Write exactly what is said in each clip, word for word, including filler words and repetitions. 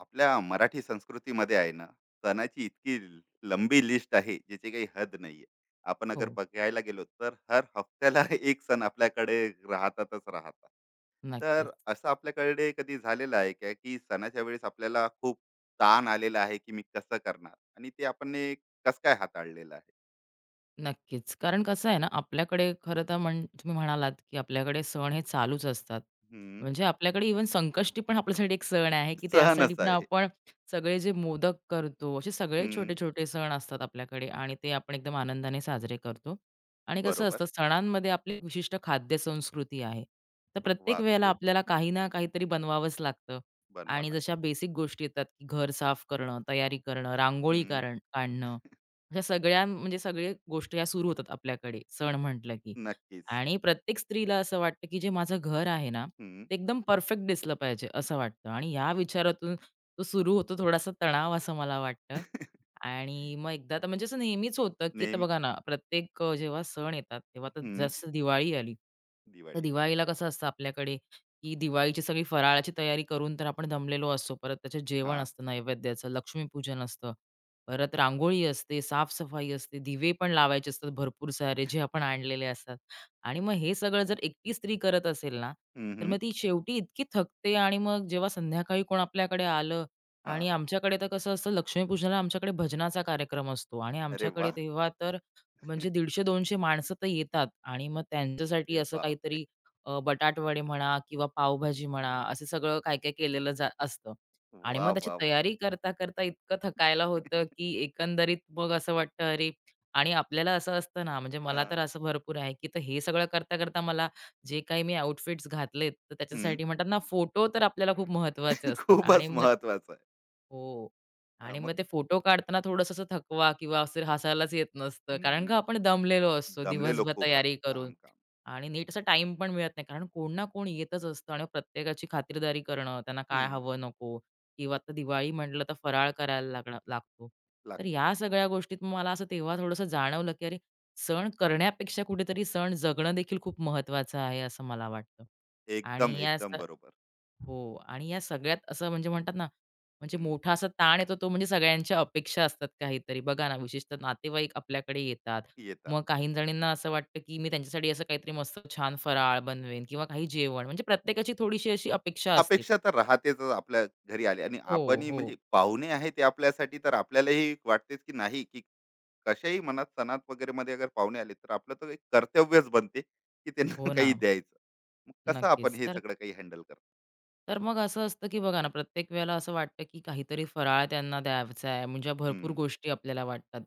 आपल्या मराठी संस्कृतीमध्ये आहे ना, सणाची इतकी लंबी लिस्ट आहे ज्याची काही हद नाहीये. आपण अगर हो, बघायला गेलो तर हर हफ्त्याला एक सण आपल्याकडे राहतातच राहतात. तर नक्कीच, असं आपल्याकडे कधी झालेलं आहे का की सणाच्या वेळेस आपल्याला खूप ताण आलेला आहे की मी कसं करणार, आणि ते आपण एक कसं काय हाताळलेलं आहे? नक्कीच. कारण कसं आहे ना, आपल्याकडे खरं तर म्हण तुम्ही म्हणालात, की आपल्याकडे सण हे चालूच असतात. हम्म. म्हणजे आपल्याकडे इव्हन संकष्टी पण आपल्यासाठी एक सण आहे, की सण त्यासाठी असं पण आहे. आपण सगळे जे मोदक करतो, असे सगळे हम्म. छोटे-छोटे सण असतात आपल्याकडे आणि ते आपण एकदम आनंदाने साजरे करतो. आणि कसं बरोबर. असतं, सणांमध्ये आपली एक विशिष्ट खाद्य संस्कृती आहे. तर प्रत्येक वेळेला वाकून आपल्याला काही ना काहीतरी बनवावंच लागतं बनवा आणि जशा लागते. बेसिक गोष्टी येतात, की घर साफ करणं, तयारी करणं, रांगोळी हम्म. कारण काढणं ह्या सगळ्या म्हणजे सगळे गोष्टी ह्या सुरू होतात आपल्याकडे सण म्हटलं की. नक्कीच. आणि प्रत्येक स्त्रीला असं वाटतं, की जे माझं घर आहे ना, हम्म. ते एकदम परफेक्ट दिसलं पाहिजे असं वाटतं आणि या विचारातून तो सुरू होतो थोडासा तणाव असं मला वाटतं. आणि मग एकदा तर म्हणजे असं नेहमीच होतं, की आता नेहमी. बघा ना, प्रत्येक अ, जेव्हा सण येतात तेव्हा तर हम्म. जसं दिवाळी आली, तर दिवाळी. दिवाळीला कसं असतं आपल्याकडे, की दिवाळीची सगळी फराळाची तयारी करून तर आपण दमलेलो असतो. परत त्याचं हा. जेवण असतं नैवेद्याचं, लक्ष्मीपूजन असतं, परत रांगोळी असते, साफसफाई असते, दिवे पण लावायचे असतात भरपूर सारे जे आपण आणलेले असतात. आणि मग हे सगळं जर एकटी स्त्री करत असेल ना, हं, तर मग हं. ती शेवटी इतकी थकते आणि मग जेव्हा संध्याकाळी कोण आपल्याकडे आलं आणि हां. आमच्याकडे तर कसं असतं लक्ष्मीपूजनाला आमच्याकडे भजनाचा कार्यक्रम असतो आणि अरे आमच्याकडे वाह! तेव्हा तर म्हणजे दीडशे ते दोनशे माणसं तर येतात आणि मग त्यांच्यासाठी अरे असं बापरे! काहीतरी अ, बटाटवडे म्हणा किंवा पावभाजी म्हणा, असं सगळं काय-काय केलेलं जा असतं आणि वाह, मग त्याची वाह, वाह! तयारी करता-करता इतकं थकायला होतं, की एकंदरीत मग असं वाटतं, "अरे, आणि आपल्याला असं असतं ना, म्हणजे मला तर हां. असं भरपूर आहे, की तर हे सगळं करता-करता मला जे काही मी आउटफिट्स घातलेत, तर हं. त्याच्यासाठी म्हणतात ना, फोटो तर आपल्याला खूप महत्त्वाचे असतात आणि खूपच मग महत्वाचं आहे. हो. हां, आणि मग मग ते फोटो काढताना थोडंसं असं थकवा किंवा असं हसायलाच येत नसतं. कारण का हं. आपण दमलेलो असतो दमलेलो दिवसभर खूप तयारी राहतो. करून काम, काम. आणि नीट असा टाइम पण मिळत नाही. कारण कोण ना कोण येतच असतं आणि प्रत्येकाची खातिरदारी करणं, त्यांना काय हं. हवं, नको किंवा आता दिवाळी म्हटलं तर फराळ करायला लागणार लागतो. तर लागतो. या सगळ्या गोष्टीत मग मला असं तेव्हा थोडंसं जाणवलं, की अरे सण करण्यापेक्षा कुठेतरी सण जगणं देखील खूप महत्त्वाचं आहे असं मला वाटतं. एकदम, आणि याच एकदम बरोबर. हो आणि या सगळ्यात असं म्हणजे म्हणतात ना, म्हणजे हं. मोठा असा ताण येतो तो म्हणजे सगळ्यांच्या अपेक्षा असतात काहीतरी. बघा ना, विशेषतः नातेवाईक आपल्याकडे येतात. येतात. मग काही जणींना असं वाटतं, की मी त्यांच्यासाठी असं काहीतरी मस्त छान फराळ बनवेन किंवा काही जेवण म्हणजे प्रत्येकाची थोडीशी अशी अपेक्षा असते. अपेक्षा तर राहतेच आपल्या. घरी आले आणि हो, आपणही हो. म्हणजे पाहुणे आहे ते, आपल्यासाठी तर आपल्यालाही वाटतेच की नाही की कशाही म्हणा सणात वगैरेमध्ये अगर पाहुणे आले तर आपलं तर एक कर्तव्यच बनते की त्यांना हो ना, काही द्यायचं. मग कसं आपण नक्कीच. हे तर सगळं काही हँडल करतो? तर मग असं असतं, की बघा ना, प्रत्येक वेळेला असं वाटतं, की काहीतरी फराळ त्यांना द्यायचा आहे, म्हणजे भरपूर गोष्टी आपल्याला वाटतात.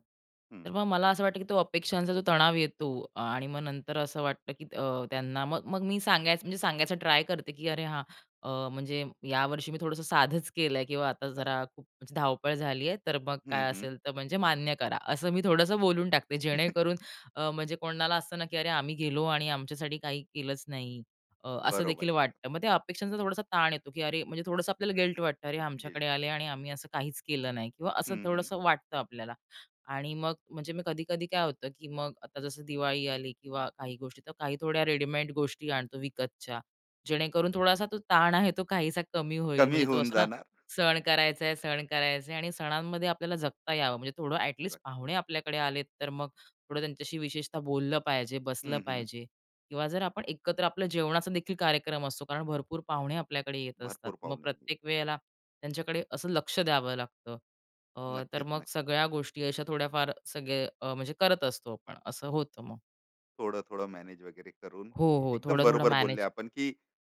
हं, तर मग मला असं वाटतं, की तो अपेक्षांचा जो तणाव येतो अ, आणि मग नंतर असं वाटतं, की अ, त्यांना मग मग मी सांगायचं म्हणजे सांगायचा ट्राय करते, की "अरे हां, अ, म्हणजे यावर्षी मी थोडंसं साधंच केलंय किंवा आता जरा साधं. खूप म्हणजे धावपळ झाली आहे, तर मग हं, काय हं. असेल तर म्हणजे मान्य करा." असं मी थोडंसं बोलून टाकते, जेणेकरून अ, म्हणजे कोणाला असतं ना, की "अरे, आम्ही गेलो आणि आमच्यासाठी काही केलंच नाही." अ, असं देखील बरोबर एकदम. वाटतं. मग त्या अपेक्षांचा थोडासा ताण येतो, की अरे म्हणजे थोडंसं आपल्याला गिल्ट वाटतं, "अरे गिल्ट. आमच्याकडे आले आणि आम्ही असं काहीच केलं नाही" किंवा असं हं, हं. थोडंसं वाटतं आपल्याला. आणि मग म्हणजे मी कधी-कधी काय होतं, की मग आता जसं दिवाळी आली किंवा काही गोष्टी, तर काही थोड्या रेडीमेड गोष्टी आणतो विकतच्या, जेणेकरून अच्छा. थोडासा तो ताण आहे तो काहीसा कमी होईल. कमी म्हणजे तो होऊन असं ना, जाणार. सण करायचा आहे, सण करायचा आहे आणि सणांमध्ये आपल्याला जगता यावं. म्हणजे थोडं ॲट पाहुणे आपल्याकडे आलेत, तर मग थोडं त्यांच्याशी विशेषतः बोललं पाहिजे, बसलं हं, हं. पाहिजे. किंवा जर आपण एकत्र आपलं जेवणाचा देखील कार्यक्रम असतो, कारण भरपूर पाहुणे आपल्याकडे येत असतात. भरपूर मग पाहुणे येतात. प्रत्येक वेळेला त्यांच्याकडे असं लक्ष द्यावं लागतं. अ, तर नक्कीच, मग नक्की. सगळ्या गोष्टी अशा थोड्याफार सगळे अ, म्हणजे करत असतो आपण, असं होतं मग. थोडं-थोडं मॅनेज वगैरे करून हो, की हो. एकदम थोडं-थोडं बरोबर बोलले मॅनेज आपण, की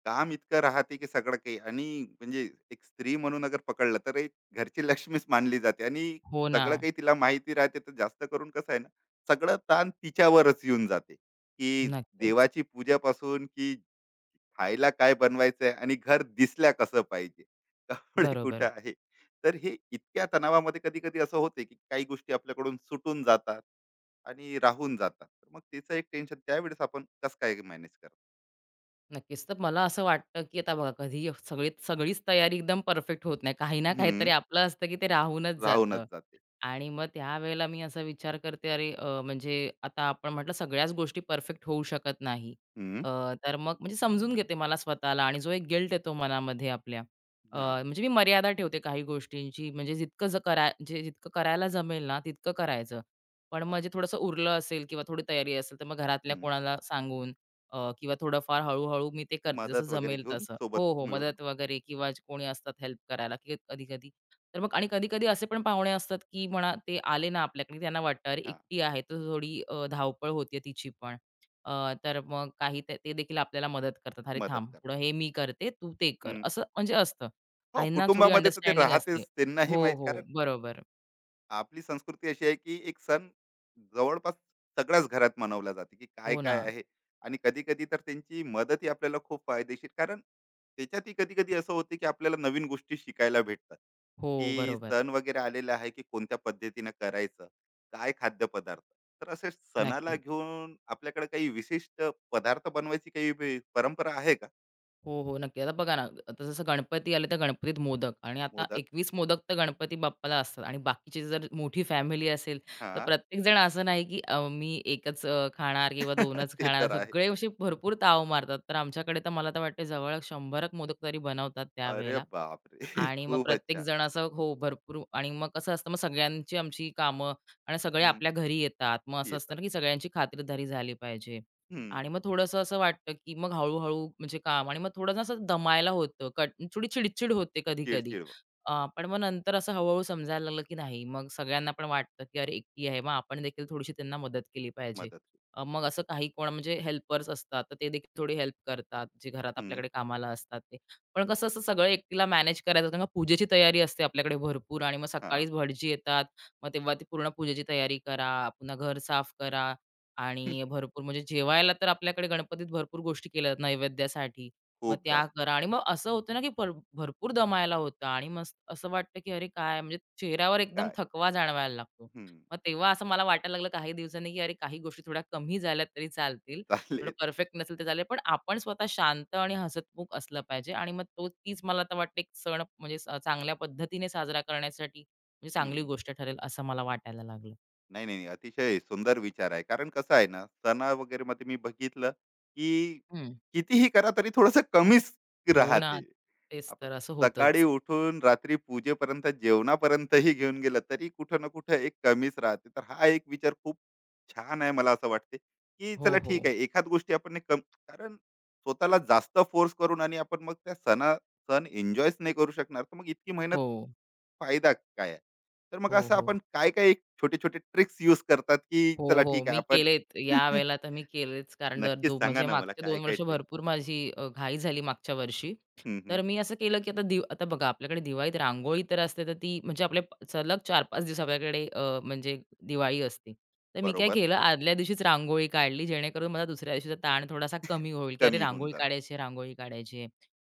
काम इतकं राहते, की सगळं काही आणि म्हणजे एक स्त्री म्हणून अगर पकडलं तर एक घरची लक्ष्मीच मानली जाते आणि हो ना. सगळं काही तिला माहिती राहते. तर जास्त करून कसं आहे ना, सगळं ताण तिच्यावरच येऊन जाते, की नक्कीच. देवाची पूजापासून की खायला काय बनवायचंय आणि घर दिसल्या कसं पाहिजे, कपडे कुठं बरोबर. आहे. तर हे इतक्या तणावामध्ये कधी कधी असं होते की काही गोष्टी आपल्याकडून सुटून जातात आणि राहून जातात, तर मग त्याचं एक टेन्शन त्यावेळेस आपण कसं काय मॅनेज करतो? नक्कीच. तर मला असं वाटतं, की आता बघा कधी सगळी सगळीच तयारी एकदम परफेक्ट होत नाही. काही ना काहीतरी हम्म. आपलं असतं, की ते राहूनच जातं. राहूनच जाते. आणि मग त्यावेळेला मी असा विचार करते, अरे अ, म्हणजे आता आपण म्हटलं सगळ्याच गोष्टी परफेक्ट होऊ शकत नाही. हम्म. अ, तर मग म्हणजे समजून घेते मला स्वतःला आणि जो एक गिल्ट येतो मनामध्ये आपल्या अ, हा. म्हणजे मी मर्यादा ठेवते काही गोष्टींची. म्हणजे जितकं ज करा जे जितकं करायला जमेल ना, तितकं करायचं. पण मग वा. जे थोडंसं उरलं असेल किंवा थोडी तयारी असेल, तर मग घरातल्या हम्म. कोणाला सांगून अ, किंवा थोडंफार हळू मी ते करते, जसं मदत वगैरे जमेल घेऊन तसं. हो, सोबत हो, मिळून. मदत वगैरे किंवा जे कोणी असतात हेल्प करायला, की कधी-कधी तर मग आणि कधी-कधी असे पण पाहुणे असतात, की म्हणा ते आले ना आपल्याकडे, त्यांना वाटतं अरे हा. एकटी आहे तर थोडी अ, धावपळ होतीये तिची पण. अ, तर मग काही ते ते देखील आपल्याला मदत करतात. "अरे मदत थांब, कर. थोडं हे मी करते, तू ते कर." हम्म. असं म्हणजे असतं. हो, काहींना थोडी कुटुंबामध्ये तर ते अंडरस्टँडिंग असते. राहतेच, त्यांनाही हो, माहित हो. कारण बरोबर. आपली संस्कृती अशी आहे की एक सण जवळपास सगळ्याच घरात मनवला जाते, की काय हो ना. काय आहे. आणि कधी कधी तर त्यांची मदतही आपल्याला खूप फायदेशीर, कारण त्याच्यातही कधी कधी असं होते की आपल्याला नवीन गोष्टी शिकायला भेटतात, हो, की बरोबर. सण वगैरे आलेला आहे की कोणत्या पद्धतीनं करायचं, काय खाद्यपदार्थ. तर असे सणाला नक्कीच. घेऊन आपल्याकडे काही विशिष्ट पदार्थ बनवायची काही बे- परंपरा आहे का? हो, हो. नक्की. आता बघा ना, आता जसं गणपती आले तर गणपतीत मोदक आणि आता मोदक. एकवीस मोदक तर गणपती बाप्पाला असतात आणि बाकीची जर मोठी फॅमिली असेल, तर हा. प्रत्येकजण असं नाही, की अ, मी एकच अ, खाणार किंवा 2च ते खाणार. तर आहे. सगळे असे भरपूर ताव मारतात. तर आमच्याकडे तर मला तर वाटतं जवळ शंभर मोदक तरी बनवतात अरे त्यावेळेला बापरे! आणि मग खूप अच्छा. प्रत्येकजण असं हो, भरपूर आणि मग कसं असतं, मग सगळ्यांची आमची कामं आणि सगळे हम्म. आपल्या घरी येतात. मग असं असतं येतात. ना, की सगळ्यांची खातिरदारी झाली पाहिजे. आणि हम्म. मग थोडंसं असं वाटतं, की मग हळू म्हणजे काम आणि मग थोडं असं दमायला होतं, कट थोडी चिडचिड होते कधी-कधी. चिड-चिड व- अ, पण मग नंतर असं हळू-हळू समजायला लागलं, की नाही मग सगळ्यांना पण वाटतं, की अरे एकटी आहे, मग आपण देखील थोडीशी त्यांना मदत केली पाहिजे. मदत. अ, मग असं काही कोण म्हणजे हेल्पर्स असतात, तर ते देखील थोडी हेल्प करतात, जे घरात हं, आपल्याकडे कामाला असतात ते. पण कसं असं सगळं एकटीला मॅनेज करायचं कारण का पूजेची तयारी असते आपल्याकडे भरपूर आणि मग हां. सकाळीच भटजी येतात, मग तेव्हा ती पूर्ण पूजेची तयारी करा, पुन्हा घर साफ करा, आणि भरपूर म्हणजे जेवायला तर आपल्याकडे गणपतीत भरपूर गोष्टी केल्या जातात नैवेद्यासाठी. मग खूप त्या जास्त. करा आणि मग असं होतं ना, की भर भरपूर दमायला होतं आणि मस्त असं वाटतं, की अरे काय म्हणजे चेहऱ्यावर एकदम काय? थकवा जाणवायला लागतो. हं, मग तेव्हा असं मला वाटायला लागलं काही दिवसांनी, की अरे काही गोष्टी थोड्या कमी झाल्या तरी चालतील. थोडं चालेल. परफेक्ट नसेल तर चालेल. पण आपण स्वतः शांत आणि हसतमुख असलं पाहिजे आणि मग तो तीच मला तर वाटते एक सण म्हणजे स- चांगल्या पद्धतीने साजरा करण्यासाठी म्हणजे चांगली हं. गोष्ट ठरेल असं मला वाटायला लागलं. नाही, नाही, नाही. अतिशय सुंदर विचार आहे. कारण कसं आहे ना, सण वगैरे मध्ये मी बघितलं, की कितीही करा तरी थोडंसं कमीच हो ना, राहते. तेच आपण तर असं सकाळी होतंच. उठून रात्री पूजेपर्यंत, जेवणापर्यंतही घेऊन गेलं, तरी कुठं ना कुठं एक कमीच राहते. तर हा एक विचार खूप छान आहे, मला असं वाटते, की हो, चला ठीक हो. आहे एखाद गोष्टी आपण नाही कम. कारण स्वतःला जास्त फोर्स करून आणि आपण मग त्या सणा सण एन्जॉयच नाही करू शकणार, तर मग इतकी मेहनत हो. फायदा काय आहे? तर मग हो, असं हो. आपण काय काय एक छोटे-छोटे ट्रिक्स यूज करतात, की हो, चला हो. ठीक आहे मी आपण. केलेत यावेळेला तर मी केलेच कारण दर नक्कीच दो सांगा म्हणजे ना, मला मागचे काय दोन काय वर्ष ट्रिक? भरपूर माझी अ, घाई झाली मागच्या वर्षी. हं, हं. तर मी असं केलं, की आता दिव आता बघा आपल्याकडे दिवाळीत रांगोळी तर असते तर ती म्हणजे आपल्या प- सलग चार ते पाच दिवस आपल्याकडे अ, म्हणजे दिवाळी असते. तर मी काय बरोबर. केलं आदल्या दिवशीच रांगोळी काढली जेणेकरून मला दुसऱ्या दिवशीचा ताण थोडासा कमी होईल, की अरे कमी होऊन रांगोळी जाणार. काढायची आहे, रांगोळी काढायची आहे.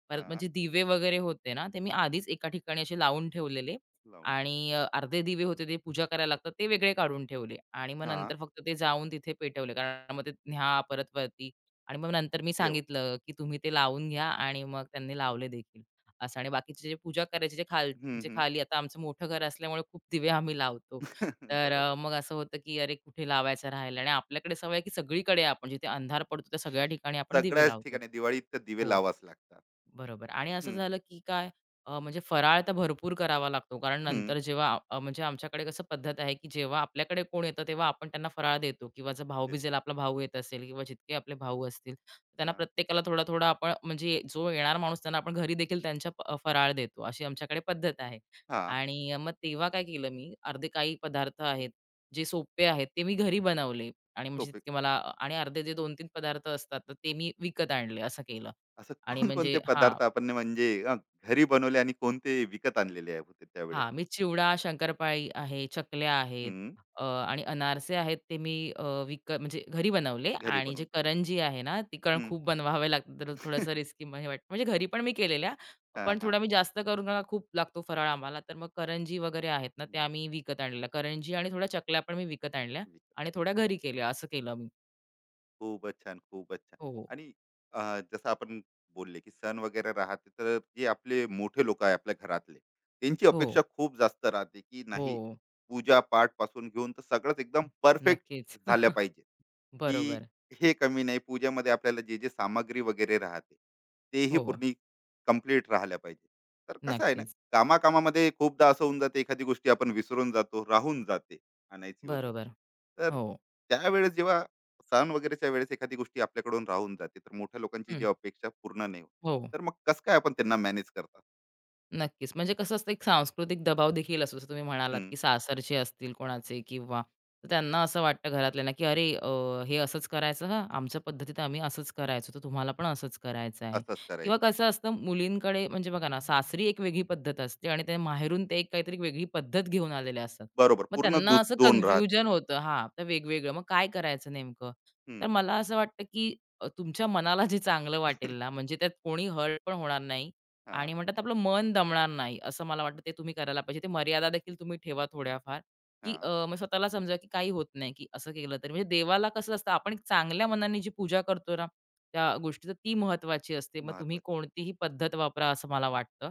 परत हां, म्हणजे दिवे वगैरे होते ना, ते मी आधीच एका ठिकाणी असे लावून ठेवलेले. लावून ठेव. आणि अ, अर्धे दिवे होते ते पूजा करायला लागतात ते वेगळे काढून ठेवले आणि मग हां, नंतर फक्त ते जाऊन तिथे पेटवले. कारण मग ते न्या परत वरती आणि मग नंतर मी ठेवा. सांगितलं, की तुम्ही ते लावून घ्या आणि मग त्यांनी लावले देखील असं आणि बाकीचे जे पूजा करायचे जे खाल हं, म्हणजे हं. खाली आता आमचं मोठं घर असल्यामुळे खूप दिवे आम्ही लावतो. तर अ, बरोबर. मग असं होतं, की अरे कुठे लावायचं राहिलं आणि आपल्याकडे सवय आहे, की सगळीकडे आपण जिथे अंधार पडतो त्या सगळ्या ठिकाणी आपण दिवे सगळ्याच लावतो. ठिकाणी दिवाळीत तर दिवे हो. लावाच लागतात. बरोबर आणि असं हं, झालं की काय अ, म्हणजे फराळ तर भरपूर करावा लागतो कारण हं. नंतर जेव्हा आ- अ, म्हणजे आमच्याकडे कसं पद्धत आहे की जेव्हा आपल्याकडे कोण येतं तेव्हा आपण त्यांना फराळ देतो किंवा जर देतो. भाऊबीजेला आपला भाऊ येत असेल किंवा जितके आपले भाऊ असतील त्यांना हां, प्रत्येकाला थोडा थोडा आपण म्हणजे जो येणार माणूस त्यांना आपण घरी देखील त्यांच्या प- अ, फराळ देतो अशी आमच्याकडे पद्धत आहे हां. आणि अ, मग तेव्हा काय केलं मी अर्धे काही पदार्थ आहेत जे सोपे आहेत ते मी घरी बनवले आणि म्हणजे सोपे. तितके मला आणि अर्धे जे दोन तीन पदार्थ असतात तर ते मी विकत आणले असं केलं असं आणि कोणकोणते म्हणजे हा पदार्थ आपण ने म्हणजे अ, घरी बनवले आणि कोणते विकत आणलेले आहे होते त्यावेळेस? हां, मी चिवडा, शंकरपाळी आहे, चकल्या आहेत हं, अ, आणि अनारसे आहेत ते मी अ, विक म्हणजे घरी बनवले घरी आणि जे बनवून घेतले. करंजी आहे ना, ती कारण खूप बनवावे लागतात तर हं. थोडंसं रिस्की हे वाटतं. म्हणजे घरी पण मी केलेल्या, हां, पण थोडा हां. मी जास्त करून ना खूप लागतो फराळ आम्हाला, तर मग करंजी वगैरे आहेत ना, त्या मी विकत आणलेल्या. करंजी आणि थोड्या चकल्या पण मी विकत आणल्या विकत. आणि थोड्या घरी केल्या, असं केलं मी. खूपच छान, खूपच छान. हो, आणि अ, जसं आपण बोलले, की सण वगैरे राहते, तर जे आपले मोठे लोक आहे आपल्या घरातले, त्यांची हो, अपेक्षा खूप जास्त राहते, की हो. नाही पूजा-पाठपासून घेऊन तर सगळंच एकदम परफेक्ट नक्कीच. झालं पाहिजे. की बरोबर. हे कमी नाही पूजेमध्ये, आपल्याला जे जे सामग्री वगैरे राहते तेही हो, पूर्ण कंप्लीट राहिल्या पाहिजे. तर कसं आहे ना, नक्कीच. कामाकामामध्ये खूपदा असं होऊन जाते, एखादी गोष्टी आपण विसरून जातो, राहून जाते आणायची वगैरे. बरोबर. तर हो. त्यावेळेस जेव्हा सण वगैरेच्या वेळेस एखादी गोष्टी आपल्याकडून राहून जाते, तर मोठ्या लोकांची जी हं. अपेक्षा पूर्ण नाही होत, हो. तर मग कसं काय आपण त्यांना मॅनेज करतात? नक्कीच. म्हणजे कसं असतं एक सांस्कृतिक दबाव देखील असतो. जसं तुम्ही म्हणालात, हम्म, की सासरचे असतील कोणाचे किंवा तर त्यांना असं वाटतं घरातल्यांना, की "अरे अ, हे असंच करायचं का? आमच्या पद्धतीत आम्ही असंच करायचो, तर तुम्हाला पण असंच करायचं आहे." असंच किंवा करायचं आहे. कसं असतं मुलींकडे म्हणजे बघा ना, सासरी एक वेगळी पद्धत असते आणि ते माहेरून ते एक काहीतरी वेगळी पद्धत घेऊन आलेले असतात. बरोबर, मग पूर्ण त्यांना दुस- असं दोन राहते. कन्फ्युजन होतं हां, तर वेगवेगळं. मग काय करायचं नेमकं? तर हम्म. मला असं वाटतं, की अ, तुमच्या मनाला जे चांगलं वाटेल ना, म्हणजे त्यात कोणी हर्ट पण होणार नाही हा. आणि म्हणतात आपलं मन दमणार नाही, असं मला वाटतं ते तुम्ही करायला पाहिजे. ते मर्यादा देखील तुम्ही ठेवा थोड्याफार, की हा. अ, मग स्वतःला समजा की काही होत नाही, की असं केलं तर. म्हणजे देवाला कसं असतं आपण एक चांगल्या मनाने जी पूजा करतो ना, त्या गोष्टी तर ती महत्त्वाची असते. मग तुम्ही महत्वाची. कोणतीही पद्धत वापरा असं मला वाटतं.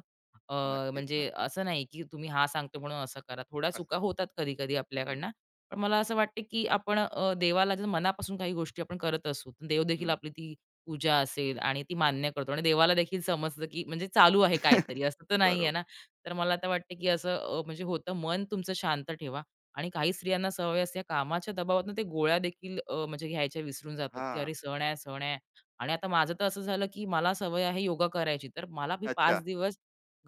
अ, नक्कीच, म्हणजे नक्की. असं नाही की तुम्ही हा सांगतो म्हणून असं करा. थोड्या चुका असंच. होतात कधी-कधी आपल्याकडनं. हम्म. पण मला असं वाटतं की आपण अ, देवाला जर मनापासून काही गोष्टी आपण करत असू, तर देव देखील हं. आपली ती पूजा असेल आणि ती मान्य करतो आणि देवाला देखील समजतं, की म्हणजे चालू आहे काहीतरी, असं तर नाहीये बरोबर. ना. तर मला तर वाटतं, की असं अ, म्हणजे होतं मन तुमचं शांत ठेवा आणि काही स्त्रियांना सवय असते, या कामाच्या दबावातून ते गोळ्या देखील अ, म्हणजे घ्यायच्या विसरून जातात, की हां. "अरे सण आहे, सण आहे." आणि आता माझं तर असं झालं, की मला सवय आहे योगा करायची, तर मला मी अच्छा. पाच दिवस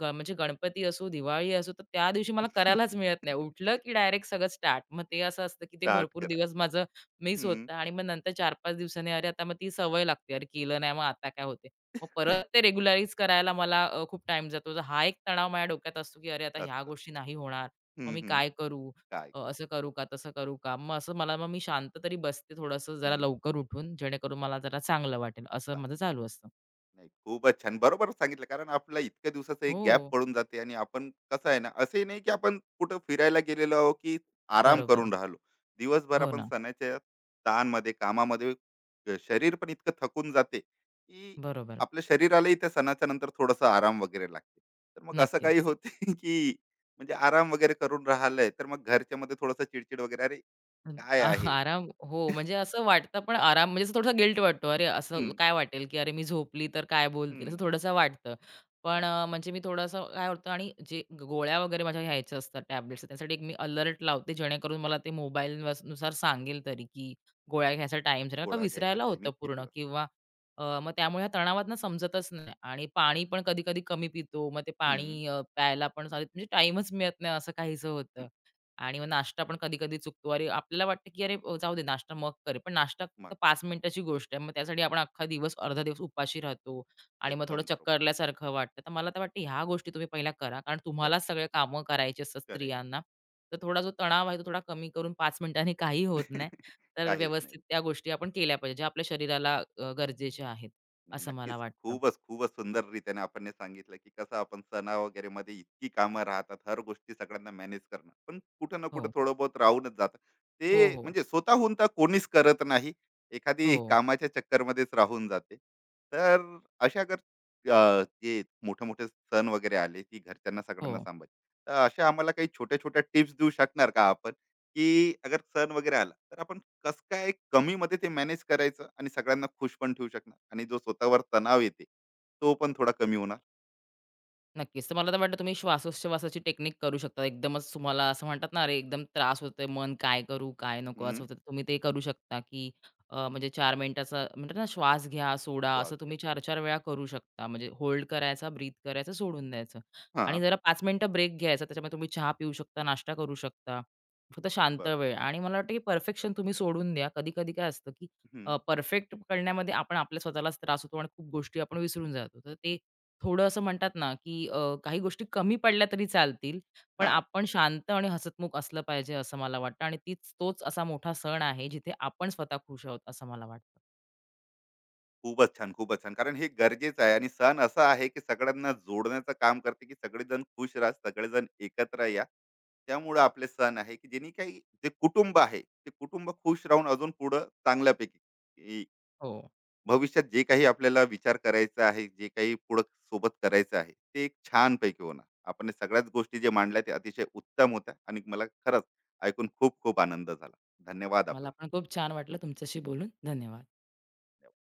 ग म्हणजे गणपती असो, दिवाळी असो, तर त्या दिवशी मला करायलाच मिळत नाही. उठलं की डायरेक्ट सगळं स्टार्ट. मग ते असं असतं, की ते स्टार्ट भरपूर करा. दिवस माझं मिस हं. होतं आणि मग नंतर चार पाच दिवसांनी अरे आता मग ती सवय लागते. अरे केलं नाही मग आता काय होते. मग परत ते रेग्युलराईज करायला मला अ, खूप टाईम जातो. तर हा एक तणाव माझ्या डोक्यात असतो, की अरे आता ह्या असतं. गोष्टी नाही होणार. मग हं, मी हं. काय करू? काय? अ, असं करू का? तसं करू का? मग असं मला मग मी शांत तरी बसते थोडंसं जरा हं. लवकर उठून, जेणेकरून मला जरा चांगलं वाटेल. असं माझं चांगलं. चालू असतं. नाही, खूपच छान बरोबर सांगितलं, कारण आपला इतक्या दिवसाचा एक हो, गॅप पडून जाते. आणि आपण कसं आहे ना, असंही नाही की आपण कुठं फिरायला गेलेलो आहो की आराम बरोबर. करून राहिलो. दिवसभर हो आपण ना. सणाच्या ताणमध्ये, कामामध्ये, अ, शरीर पण इतकं थकून जाते, की बरोबर. आपल्या शरीरालाही त्या सणाच्या नंतर थोडासा आराम वगैरे लागते. तर मग असं काही नक्कीच. होते की म्हणजे आराम वगैरे करून राहिलंय, तर मग घरच्या मध्ये थोडासा चिडचिड वगैरे. अरे अं, काय आ आहे. आराम हो, म्हणजे असं वाटतं पण आराम म्हणजे असं थोडासा गिल्ट वाटतो. अरे, असं हम्म, काय वाटेल, की अरे मी झोपली तर काय बोलतील? असं हम्म, थोडंसं वाटतं. पण हा, अ, म्हणजे मी थोडंसं काय होतं आणि जे गोळ्या वगैरे माझ्या घ्यायच्या असतात टॅब्लेट्स, त्यासाठी एक मी अलर्ट लावते जेणेकरून मला ते मोबाईलनुसार सांगेल तरी, की गोळ्या घ्यायचा टाईम झाला. का गोळा घ्यायचा विसरायला होतं टायमिंग किती पूर्ण वाजता? किंवा अ, मग त्यामुळे ह्या तणावातनं समजतच नाही आणि पाणी पण कधी-कधी कमी पितो. मग ते हम्म, पाणी अ, प्यायला पण चालत, म्हणजे टाईमच मिळत नाही असं काहीसं होतं. हम्म, आणि मग नाश्ता पण कधी-कधी चुकतो. अरे, आपल्याला वाटतं की "अरे, अ, जाऊ दे नाश्ता मग करेल." पण नाश्ता फक्त मग पाच मिनिटाची गोष्ट आहे. मग त्यासाठी आपण अख्खा दिवस, अर्धा दिवस उपाशी राहतो आणि मग थोडं एकदम बरोबर. चक्करल्यासारखं वाटतं. तर मला तर वाटतं ह्या गोष्टी तुम्ही पहिल्या करा. कारण करा तुम्हालाच सगळे कामं करायची असतात करायचं. स्त्रियांना. तर थोडा जो तणाव आहे तो थोडा कमी करून पाच मिनिटांनी काही होत नाही. तर काहीच नाही. व्यवस्थित त्या गोष्टी आपण केल्या पाहिजे, ज्या आपल्या शरीराला अ, गरजेच्या आहेत, नाही, असं नक्कीच. मला वाटतं. खूपच, खूपच सुंदररीत्याने आपण हे सांगितलं, की कसं आपण सणा वगैरेमध्ये इतकी कामं राहतात, हर गोष्टी सगळ्यांना मॅनेज करणं. पण कुठं ना कुठं हो. थोडं बहुत राहूनच जातं. हो, ते हो. म्हणजे स्वतःहून तर कोणीच करत नाही. हो, एखादी कामाच्या चक्करमध्येच राहून जाते. तर अशा जर अ, जे मोठे-मोठे सण वगैरे आले, की घरच्यांना सगळ्यांना हो. सांभाळायचं. तर अशा आम्हाला काही छोट्या-छोट्या टिप्स देऊ शकणार का आपण, की अगर सण वगैरे आला, तर आपण कसं काय कमीमध्ये ते मॅनेज करायचं आणि सगळ्यांना खुश पण ठेवू शकणार, आणि जो स्वतःवर तणाव येते तो पण थोडा कमी होणार. नक्कीच. तर मला तर वाटतं तुम्ही श्वासोच्छवासाची टेक्निक करू शकता. एकदमच तुम्हाला असं म्हणतात ना, "अरे, एकदम त्रास होतोय. मन काय करू, काय नको?" असं हम्म, होतं. तर तुम्ही ते करू शकता, की अ, म्हणजे चार मिनिटाचा म्हणतात ना, श्वास घ्या, सोडा. श्वास असं घ्या. तुम्ही चार चार वेळा करू शकता. म्हणजे होल्ड करायचा, ब्रीथ करायचं, सोडून द्यायचं हा. आणि जरा पाच मिनिटं ब्रेक घ्यायचा. त्याच्यामध्ये तुम्ही चहा पिऊ शकता, नाश्ता करू शकता. फक्त शांत बरोबर. वेळ आणि मला वाटतं, की परफेक्शन तुम्ही सोडून द्या. कधी-कधी काय असतं, की हम्म, परफेक्ट करण्यामध्ये आपण आपल्या स्वतःलाच त्रास होतो आणि खूप गोष्टी आपण विसरून जातो. तर ते थोडं असं म्हणतात ना, की अ, काही गोष्टी कमी पडल्या तरी चालतील, पण हा. आपण शांत आणि हसतमुख असलं पाहिजे असं मला वाटतं आणि तीच तोच असा मोठा सण आहे जिथे आपण स्वतः खुश आहोत असं मला वाटतं. खूपच छान, खूपच छान, कारण हे गरजेचं आहे आणि सण असा आहे की सगळ्यांना जोडण्याचं काम करते, की सगळेजण खुश राहा, सगळेजण एकत्र या. त्यामुळे आपले सण आहे की ज्यांनी काही जे कुटुंब आहे ते कुटुंब खुश राहून अजून पुढं चांगल्यापैकी हो, भविष्यात जे काही आपल्याला विचार करायचा आहे, जे काही पुढं सोबत करायचं आहे ते एक छानपैकी होणार. आपण हे सगळ्याच गोष्टी जे मांडल्या ते अतिशय उत्तम होत्या, आणि मला खरंच ऐकून खूप खूप आनंद झाला. धन्यवाद मला आपला. पण खूप छान वाटलं तुमच्याशी बोलून. धन्यवाद.